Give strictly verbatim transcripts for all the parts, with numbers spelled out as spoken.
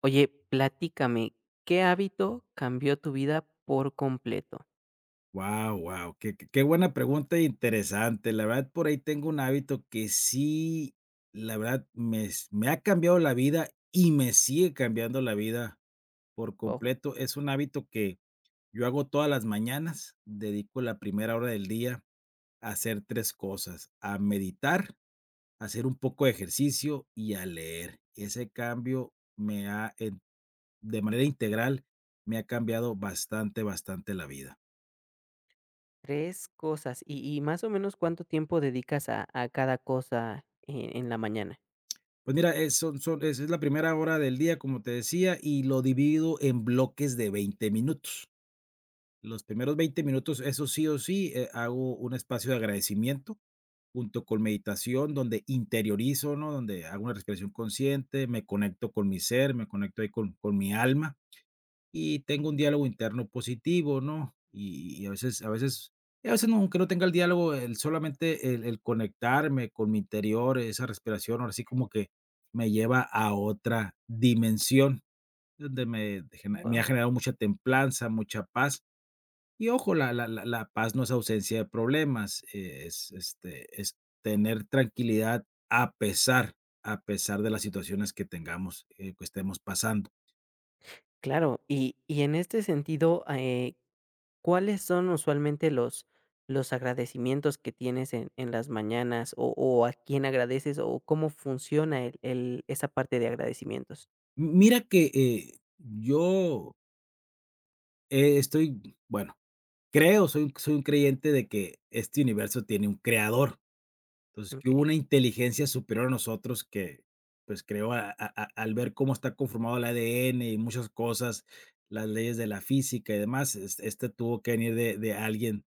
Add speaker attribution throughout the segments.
Speaker 1: Oye, platícame, ¿qué hábito cambió tu vida por completo?
Speaker 2: Wow, wow, qué qué qué buena pregunta e interesante. La verdad, por ahí tengo un hábito que sí, la verdad, me s me ha cambiado la vida y me sigue cambiando la vida por
Speaker 1: Wow,
Speaker 2: completo. Es un hábito que yo hago todas las mañanas, dedico la primera hora del día a hacer tres cosas, a meditar, a hacer un poco de ejercicio y a leer. Ese cambio me ha en de manera integral, me ha cambiado bastante, bastante la vida.
Speaker 1: tres cosas, y y más o menos, ¿cuánto tiempo dedicas a a cada cosa en en la mañana?
Speaker 2: Pues mira, eh, son son es es la primera hora del día, como te decía, y lo divido en bloques de veinte minutos. Los primeros veinte minutos, eso sí o sí, eh, hago un espacio de agradecimiento junto con meditación, donde interiorizo, ¿no? Donde hago una respiración consciente, me conecto con mi ser, me conecto ahí con con mi alma y tengo un diálogo interno positivo, ¿no? Y y a veces a veces y a veces no, aunque no tenga el diálogo, el solamente el el conectarme con mi interior, esa respiración, ahora sí como que me lleva a otra dimensión, donde me gene me ha
Speaker 1: Wow,
Speaker 2: generado mucha templanza, mucha paz. Y ojo, la la la la paz no es ausencia de problemas, eh, es, este, es tener tranquilidad a pesar a pesar de las situaciones que tengamos, eh, que estemos pasando.
Speaker 1: claro, y y en este sentido, eh, ¿cuáles son usualmente los los agradecimientos que tienes en en las mañanas, o o a quién agradeces, o cómo funciona el el esa parte de agradecimientos?
Speaker 2: Mira que, eh, yo, eh, estoy, bueno, creo, soy un soy un creyente de que este universo tiene un creador. Entonces, que hubo
Speaker 1: Okey,
Speaker 2: una inteligencia superior a nosotros que, pues, creó a a a al ver cómo está conformado el A D N y muchas cosas, las leyes de la física y demás, es este tuvo que venir de de alguien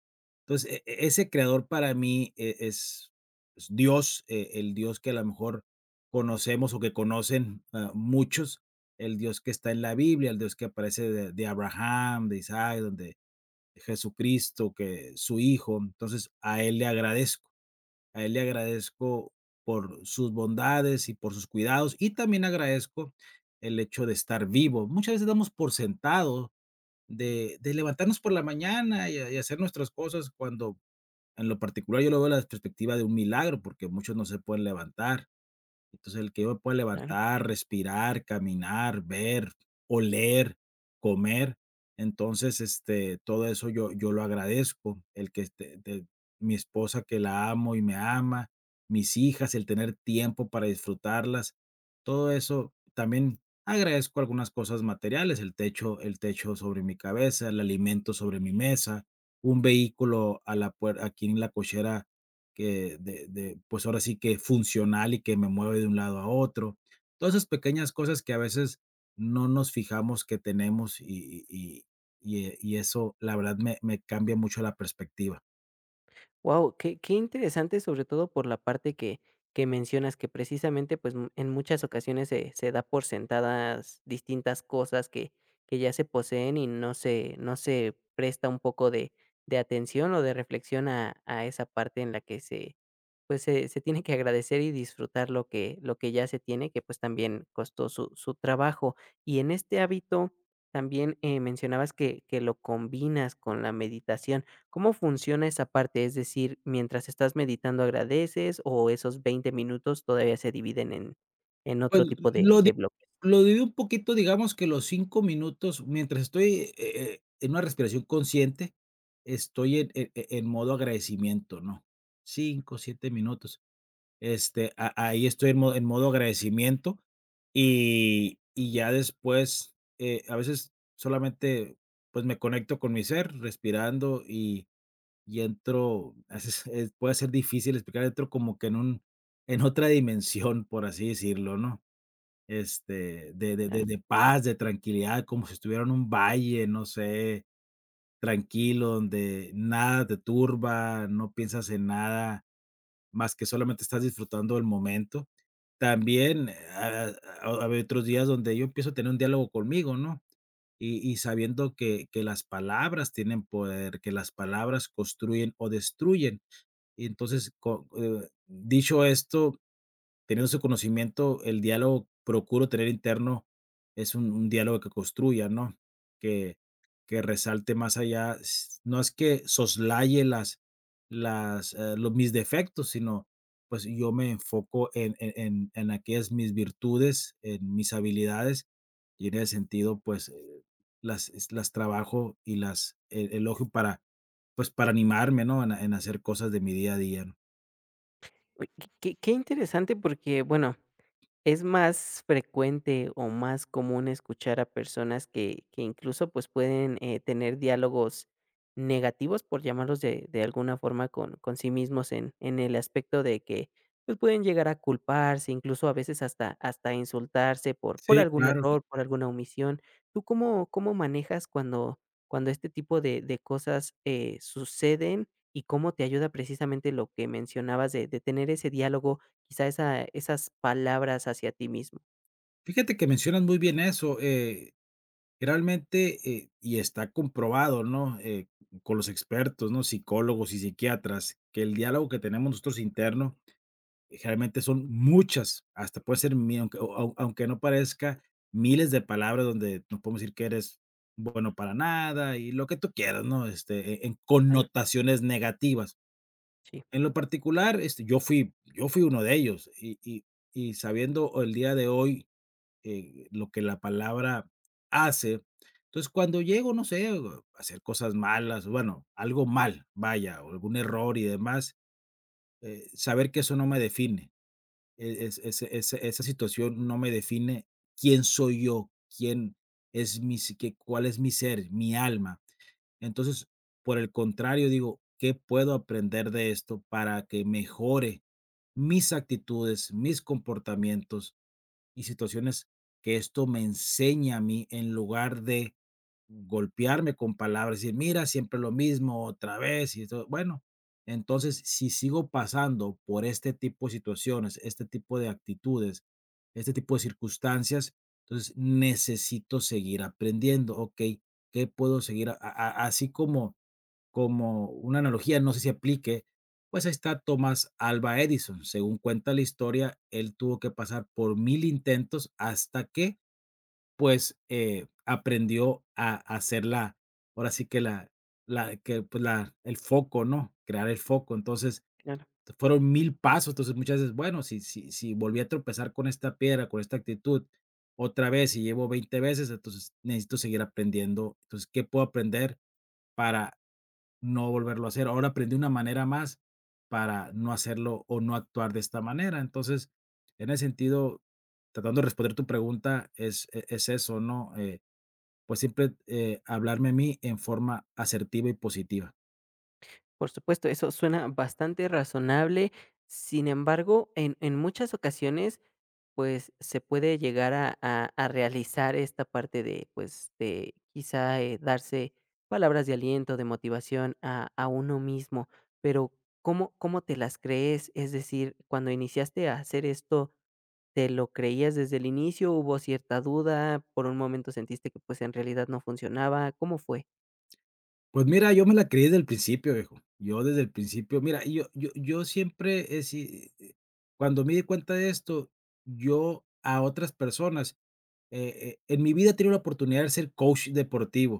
Speaker 2: entonces, e e ese creador para mí e es es Dios, eh, el Dios que a lo mejor conocemos o que conocen, ah, muchos, el Dios que está en la Biblia, el Dios que aparece de de Abraham, de Isaac, donde Jesucristo, que su hijo. Entonces, a Él le agradezco, a Él le agradezco por sus bondades y por sus cuidados, y también agradezco el hecho de estar vivo. Muchas veces damos por sentado de de levantarnos por la mañana y y hacer nuestras cosas cuando en lo particular, yo lo veo desde la perspectiva de un milagro, porque muchos no se pueden levantar. Entonces, el que yo me pueda
Speaker 1: claro.
Speaker 2: levantar, respirar, caminar, ver, oler, comer. Entonces, este, todo eso yo yo lo agradezco. El que este, de mi esposa que la amo y me ama, mis hijas, el tener tiempo para disfrutarlas, todo eso también agradezco algunas cosas materiales, el techo el techo sobre mi cabeza, el alimento sobre mi mesa, un vehículo a la puer aquí en la cochera que de de, pues, ahora sí que funcional y que me mueve de un lado a otro. Todas esas pequeñas cosas que a veces no nos fijamos que tenemos y y y y, eh, y eso, la verdad, me me cambia mucho la perspectiva.
Speaker 1: Wow, qué qué interesante, sobre todo por la parte que que mencionas, que precisamente, pues, mm, en muchas ocasiones se se da por sentadas distintas cosas que que ya se poseen y no se no se presta un poco de de atención o de reflexión a a esa parte en la que se, pues, se se tiene que agradecer y disfrutar lo que lo que ya se tiene, que, pues, también costó su su trabajo. Y en este hábito también, eh, mencionabas que que lo combinas con la meditación. ¿Cómo funciona esa parte? Es decir, mientras estás meditando, ¿agradeces o esos veinte minutos todavía se dividen en en
Speaker 2: Pues,
Speaker 1: otro tipo de
Speaker 2: lo di
Speaker 1: de bloques?
Speaker 2: lo divido un poquito, digamos que los cinco minutos, mientras estoy, eh eh, en una respiración consciente, estoy en e e en modo agradecimiento, ¿no? Cinco siete minutos. Este, a- ahí estoy en modo, en modo agradecimiento y, y ya después, eh, a veces solamente pues me conecto con mi ser respirando y, y entro, a veces es- puede ser difícil explicar, entro como que en un, en otra dimensión, por así decirlo, ¿no? Este, de, de,
Speaker 1: Ah,
Speaker 2: de, de paz, de tranquilidad, como si estuviera en un valle, no sé, tranquilo, donde nada te turba, no piensas en nada más que solamente estás disfrutando del momento. También eh, ha ha habido otros días donde yo empiezo a tener un diálogo conmigo, ¿no? Y y sabiendo que que las palabras tienen poder, que las palabras construyen o destruyen. Y entonces, co eh, dicho esto, teniendo su conocimiento, el diálogo procuro tener interno es un un diálogo que construya, ¿no? Que que resalte más allá, s no es que soslaye las las, eh, los mis defectos, sino, pues, yo me enfoco en en en en aquellas mis virtudes, en mis habilidades, y en ese sentido, pues, eh, las es las trabajo y las e elogio para, pues, para animarme, ¿no? En en hacer cosas de mi día a día, ¿no?
Speaker 1: uy, qué qué interesante porque, bueno. Es más frecuente o más común escuchar a personas que que incluso, pues, pueden, eh, tener diálogos negativos, por llamarlos de de alguna forma, con con sí mismos en en el aspecto de que, pues, pueden llegar a culparse, incluso a veces hasta hasta insultarse por por
Speaker 2: Sí,
Speaker 1: algún
Speaker 2: claro.
Speaker 1: error, por alguna omisión. ¿Tú cómo cómo manejas cuando cuando este tipo de de cosas, eh, suceden y cómo te ayuda precisamente lo que mencionabas de de tener ese diálogo? Quizá esa esas palabras hacia ti mismo.
Speaker 2: Fíjate que mencionas muy bien eso, eh, realmente, eh, y está comprobado, ¿no?, eh, con los expertos, ¿no?, psicólogos y psiquiatras, que el diálogo que tenemos nosotros interno, eh, generalmente son muchas, hasta puede ser mi aunque o au aunque no parezca, miles de palabras donde nos podemos decir que eres bueno para nada y lo que tú quieras, ¿no?, este, e en
Speaker 1: Ah,
Speaker 2: connotaciones negativas.
Speaker 1: sí,
Speaker 2: En lo particular, este, yo fui yo fui uno de ellos y y y sabiendo el día de hoy eh, lo que la palabra hace. Entonces, cuando llego, no sé, o a hacer cosas malas, bueno, algo mal, vaya, o algún error y demás, eh, saber que eso no me define, e- es- es- es- esa situación no me define quién soy yo, quién es mi, si- qué- cuál es mi ser, mi alma. Entonces, por el contrario, digo, ¿qué puedo aprender de esto para que mejore mis actitudes, mis comportamientos? Y situaciones que esto me enseña a mí en lugar de golpearme con palabras, decir, mira, siempre lo mismo, otra vez, y esto, bueno, entonces si sigo pasando por este tipo de situaciones, este tipo de actitudes, este tipo de circunstancias, entonces necesito seguir aprendiendo, ok, ¿qué puedo seguir? A- a- así como como una analogía, no sé si aplique, pues ahí está Thomas Alva Edison. Según cuenta la historia, él tuvo que pasar por mil intentos hasta que, pues, eh, aprendió a hacer la ahora sí que la la que, pues, la el foco, ¿no? Crear el foco. Entonces,
Speaker 1: claro.
Speaker 2: fueron mil pasos. Entonces, muchas veces, bueno, si si si volví a tropezar con esta piedra, con esta actitud, otra vez, y llevo veinte veces, entonces necesito seguir aprendiendo. Entonces, ¿qué puedo aprender para no volverlo a hacer? Ahora aprendí una manera más para no hacerlo o no actuar de esta manera. Entonces, en ese sentido, tratando de responder tu pregunta, es, e- es eso, ¿no? Eh, pues siempre eh, hablarme a mí en forma asertiva y positiva.
Speaker 1: Por supuesto, eso suena bastante razonable. Sin embargo, en en muchas ocasiones, pues, se puede llegar a a a realizar esta parte de, pues, de quizá, eh, darse palabras de aliento, de motivación a a uno mismo, pero, ¿cómo cómo te las crees? Es decir, cuando iniciaste a hacer esto, ¿te lo creías desde el inicio? ¿Hubo cierta duda? ¿Por un momento sentiste que, pues, en realidad no funcionaba? ¿Cómo fue?
Speaker 2: Pues mira, yo me la creí desde el principio, viejo. Yo desde el principio, mira, yo, yo, yo siempre, eh, sí, eh, cuando me di cuenta de esto, yo a otras personas, eh, eh, en mi vida he tenido la oportunidad de ser coach deportivo.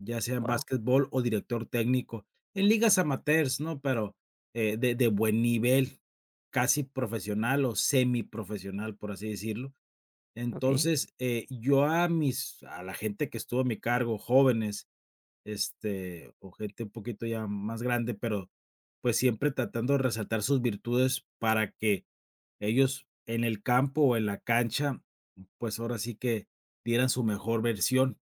Speaker 2: Ya sea en
Speaker 1: Wow,
Speaker 2: básquetbol o director técnico, en ligas amateurs, ¿no? Pero, eh, de de buen nivel, casi profesional o semiprofesional, por así decirlo.
Speaker 1: okey,
Speaker 2: Entonces, eh, yo a mis a la gente que estuvo a mi cargo, jóvenes, este, o gente un poquito ya más grande, pero, pues, siempre tratando de resaltar sus virtudes para que ellos en el campo o en la cancha, pues, ahora sí que dieran su mejor versión.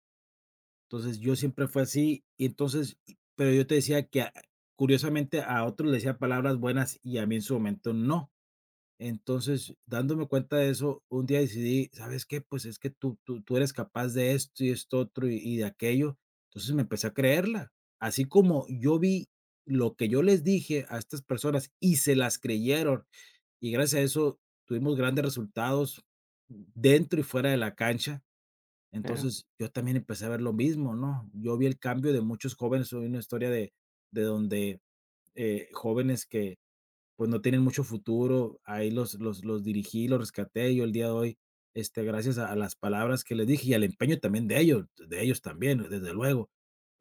Speaker 2: Entonces, yo siempre fue así, y entonces y pero yo te decía que a curiosamente a otros le decía palabras buenas y a mí en su momento no. Entonces, dándome cuenta de eso, un día decidí, ¿sabes qué? Pues es que tú tú tú eres capaz de esto y esto otro y y de aquello. Entonces me empecé a creerla. Así como yo vi lo que yo les dije a estas personas y se las creyeron, y gracias a eso tuvimos grandes resultados dentro y fuera de la cancha.
Speaker 1: claro.
Speaker 2: Entonces, yo también empecé a ver lo mismo, ¿no? Yo vi el cambio de muchos jóvenes, soy una historia de de donde, eh, jóvenes que pues, no tienen mucho futuro. Ahí los los los dirigí, los rescaté yo el día de hoy, este, gracias a a las palabras que les dije y al empeño también de ellos de ellos también, desde luego.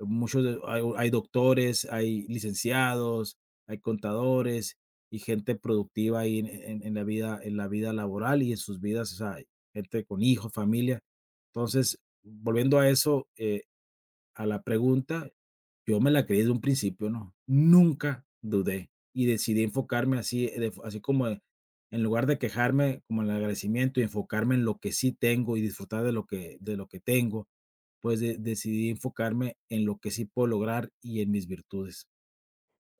Speaker 2: Muchos de hay hay doctores, hay licenciados, hay contadores y gente productiva ahí en en en la vida en la vida laboral y en sus vidas, o sea, gente con hijos, familia. Entonces, volviendo a eso, eh a la pregunta, yo me la creí desde un principio, ¿no? Nunca dudé y decidí enfocarme así, eh, de f- así como de- en lugar de quejarme como en el agradecimiento y enfocarme en lo que sí tengo y disfrutar de lo que de lo que tengo, pues, de decidí enfocarme en lo que sí puedo lograr y en mis virtudes.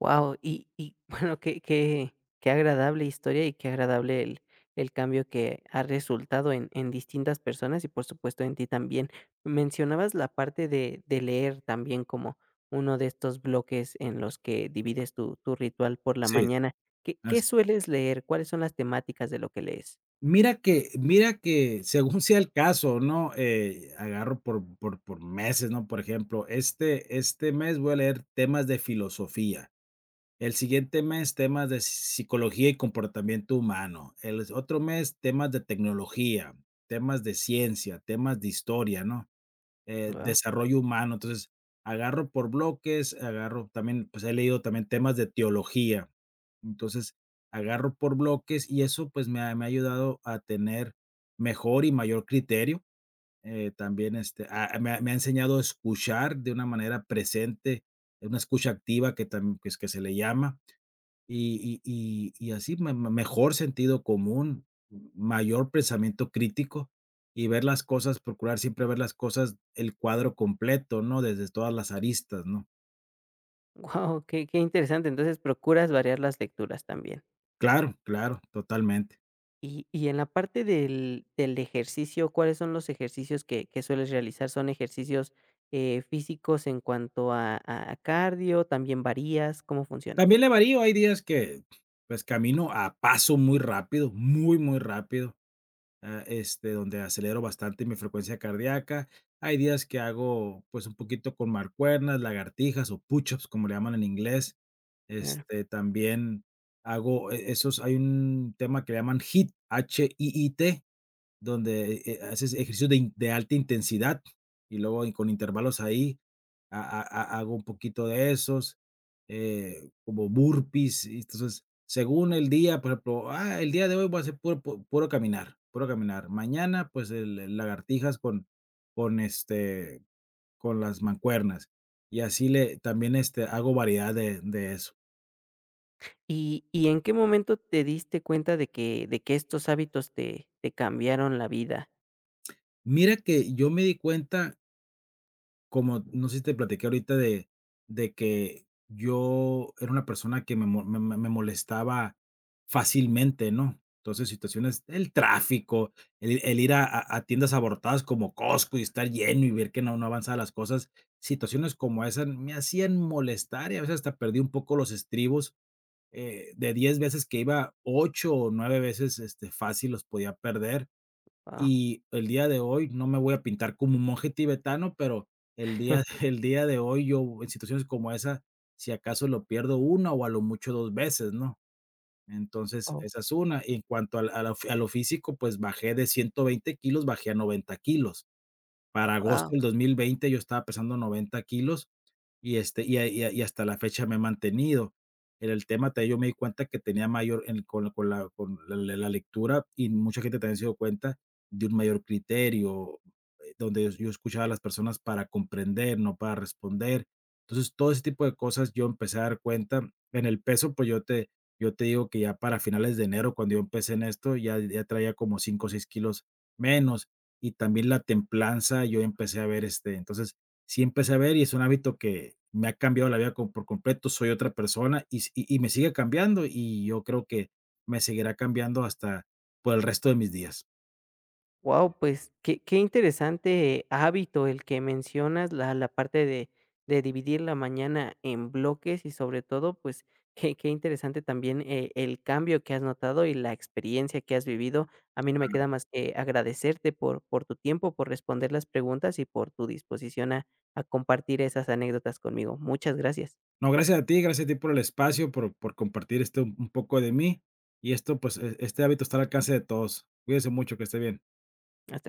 Speaker 1: Wow. Y y bueno, qué qué qué agradable historia y qué agradable el el cambio que ha resultado en en distintas personas y, por supuesto, en ti también. Mencionabas la parte de de leer también como uno de estos bloques en los que divides tu tu ritual por la
Speaker 2: Sí,
Speaker 1: mañana. ¿Qué
Speaker 2: así.
Speaker 1: qué sueles leer? ¿Cuáles son las temáticas de lo que lees?
Speaker 2: Mira que mira que según sea el caso, ¿no? Eh, agarro por por por meses, ¿no? Por ejemplo, este este mes voy a leer temas de filosofía. El siguiente mes, temas de psicología y comportamiento humano. El otro mes, temas de tecnología, temas de ciencia, temas de historia, ¿no? Eh,
Speaker 1: Guau.
Speaker 2: desarrollo humano. Entonces, agarro por bloques, agarro también, pues he leído también temas de teología. Entonces, agarro por bloques y eso, pues me ha, me ha ayudado a tener mejor y mayor criterio. Eh, también este, a- me, ha me ha enseñado a escuchar de una manera presente, una escucha activa que, tam- que, es- que se le llama, y y y y así me, me mejor sentido común, mayor pensamiento crítico y ver las cosas, procurar siempre ver las cosas, el cuadro completo, ¿no? Desde todas las aristas, ¿no?
Speaker 1: Wow, qué qué interesante. Entonces, procuras variar las lecturas también.
Speaker 2: Claro, claro, totalmente.
Speaker 1: Y y en la parte del del ejercicio, ¿cuáles son los ejercicios que que sueles realizar? ¿Son ejercicios, eh, físicos en cuanto a a a cardio? ¿También varías? ¿Cómo funciona?
Speaker 2: También le varío, hay días que, pues, camino a paso muy rápido, muy, muy rápido. Ah, este, donde acelero bastante mi frecuencia cardíaca. Hay días que hago, pues, un poquito con marcuernas, lagartijas o push-ups, como le llaman en inglés.
Speaker 1: Claro.
Speaker 2: Este, también hago e esos. Hay un tema que le llaman HIIT, H I I T, donde eh, haces ejercicios de, in- de alta intensidad y luego y con intervalos ahí a- a- a- hago un poquito de esos, eh, como burpees. y Entonces, según el día, por ejemplo, ah, el día de hoy voy a hacer puro, pu- puro caminar, puro caminar. Mañana, pues, el, el lagartijas con, con, este, con las mancuernas. Y así le, también este, hago variedad de, de eso.
Speaker 1: ¿Y y en qué momento te diste cuenta de que de que estos hábitos te te cambiaron la vida?
Speaker 2: Mira que yo me di cuenta. Como no sé si te platiqué ahorita de de que yo era una persona que me mo me me me molestaba fácilmente, ¿no? Entonces, situaciones, el tráfico, el el ir a a a tiendas abarrotadas como Costco y estar lleno y ver que no no avanzaban las cosas, situaciones como esas me hacían molestar, y a veces hasta perdí un poco los estribos. Eh, de diez veces que iba, ocho o nueve veces, este, fácil los podía perder.
Speaker 1: Wow.
Speaker 2: Y el día de hoy no me voy a pintar como un monje tibetano, pero el día el día de hoy yo, en situaciones como esa, si acaso lo pierdo una, o a lo mucho dos veces, ¿no? Entonces,
Speaker 1: Oh.
Speaker 2: esa es una. Y en cuanto al a lo a lo físico, pues bajé de ciento veinte kilos, bajé a noventa kilos. Para agosto
Speaker 1: Guau.
Speaker 2: del dos mil veinte yo estaba pesando noventa kilos, y, este, y a y a y hasta la fecha me he mantenido. En el tema también yo me di cuenta que tenía mayor en con la con la con la la la lectura, y mucha gente también se dio cuenta de un mayor criterio, eh, donde yo yo escuchaba a las personas para comprender, no para responder. Entonces, todo ese tipo de cosas yo empecé a dar cuenta. En el peso, pues, yo te yo te digo que ya para finales de enero, cuando yo empecé en esto, ya ya traía como cinco o seis kilos menos, y también la templanza, yo empecé a ver, este, entonces sí empecé a ver, y es un hábito que me ha cambiado la vida co- por completo. Soy otra persona y, s- y y me sigue cambiando, y yo creo que me seguirá cambiando hasta por el resto de mis días.
Speaker 1: Wow, pues qué qué interesante hábito el que mencionas, la la parte de de dividir la mañana en bloques y sobre todo, pues, qué qué interesante también, eh, el cambio que has notado y la experiencia que has vivido. A mí no me
Speaker 2: Claro.
Speaker 1: queda más que agradecerte por por tu tiempo, por responder las preguntas y por tu disposición a a compartir esas anécdotas conmigo. Muchas gracias.
Speaker 2: No, gracias a ti, gracias a ti por el espacio, por, por compartir este un un poco de mí, y esto, pues, e- este hábito está al alcance de todos. Cuídense mucho, que esté bien.
Speaker 1: Hasta luego.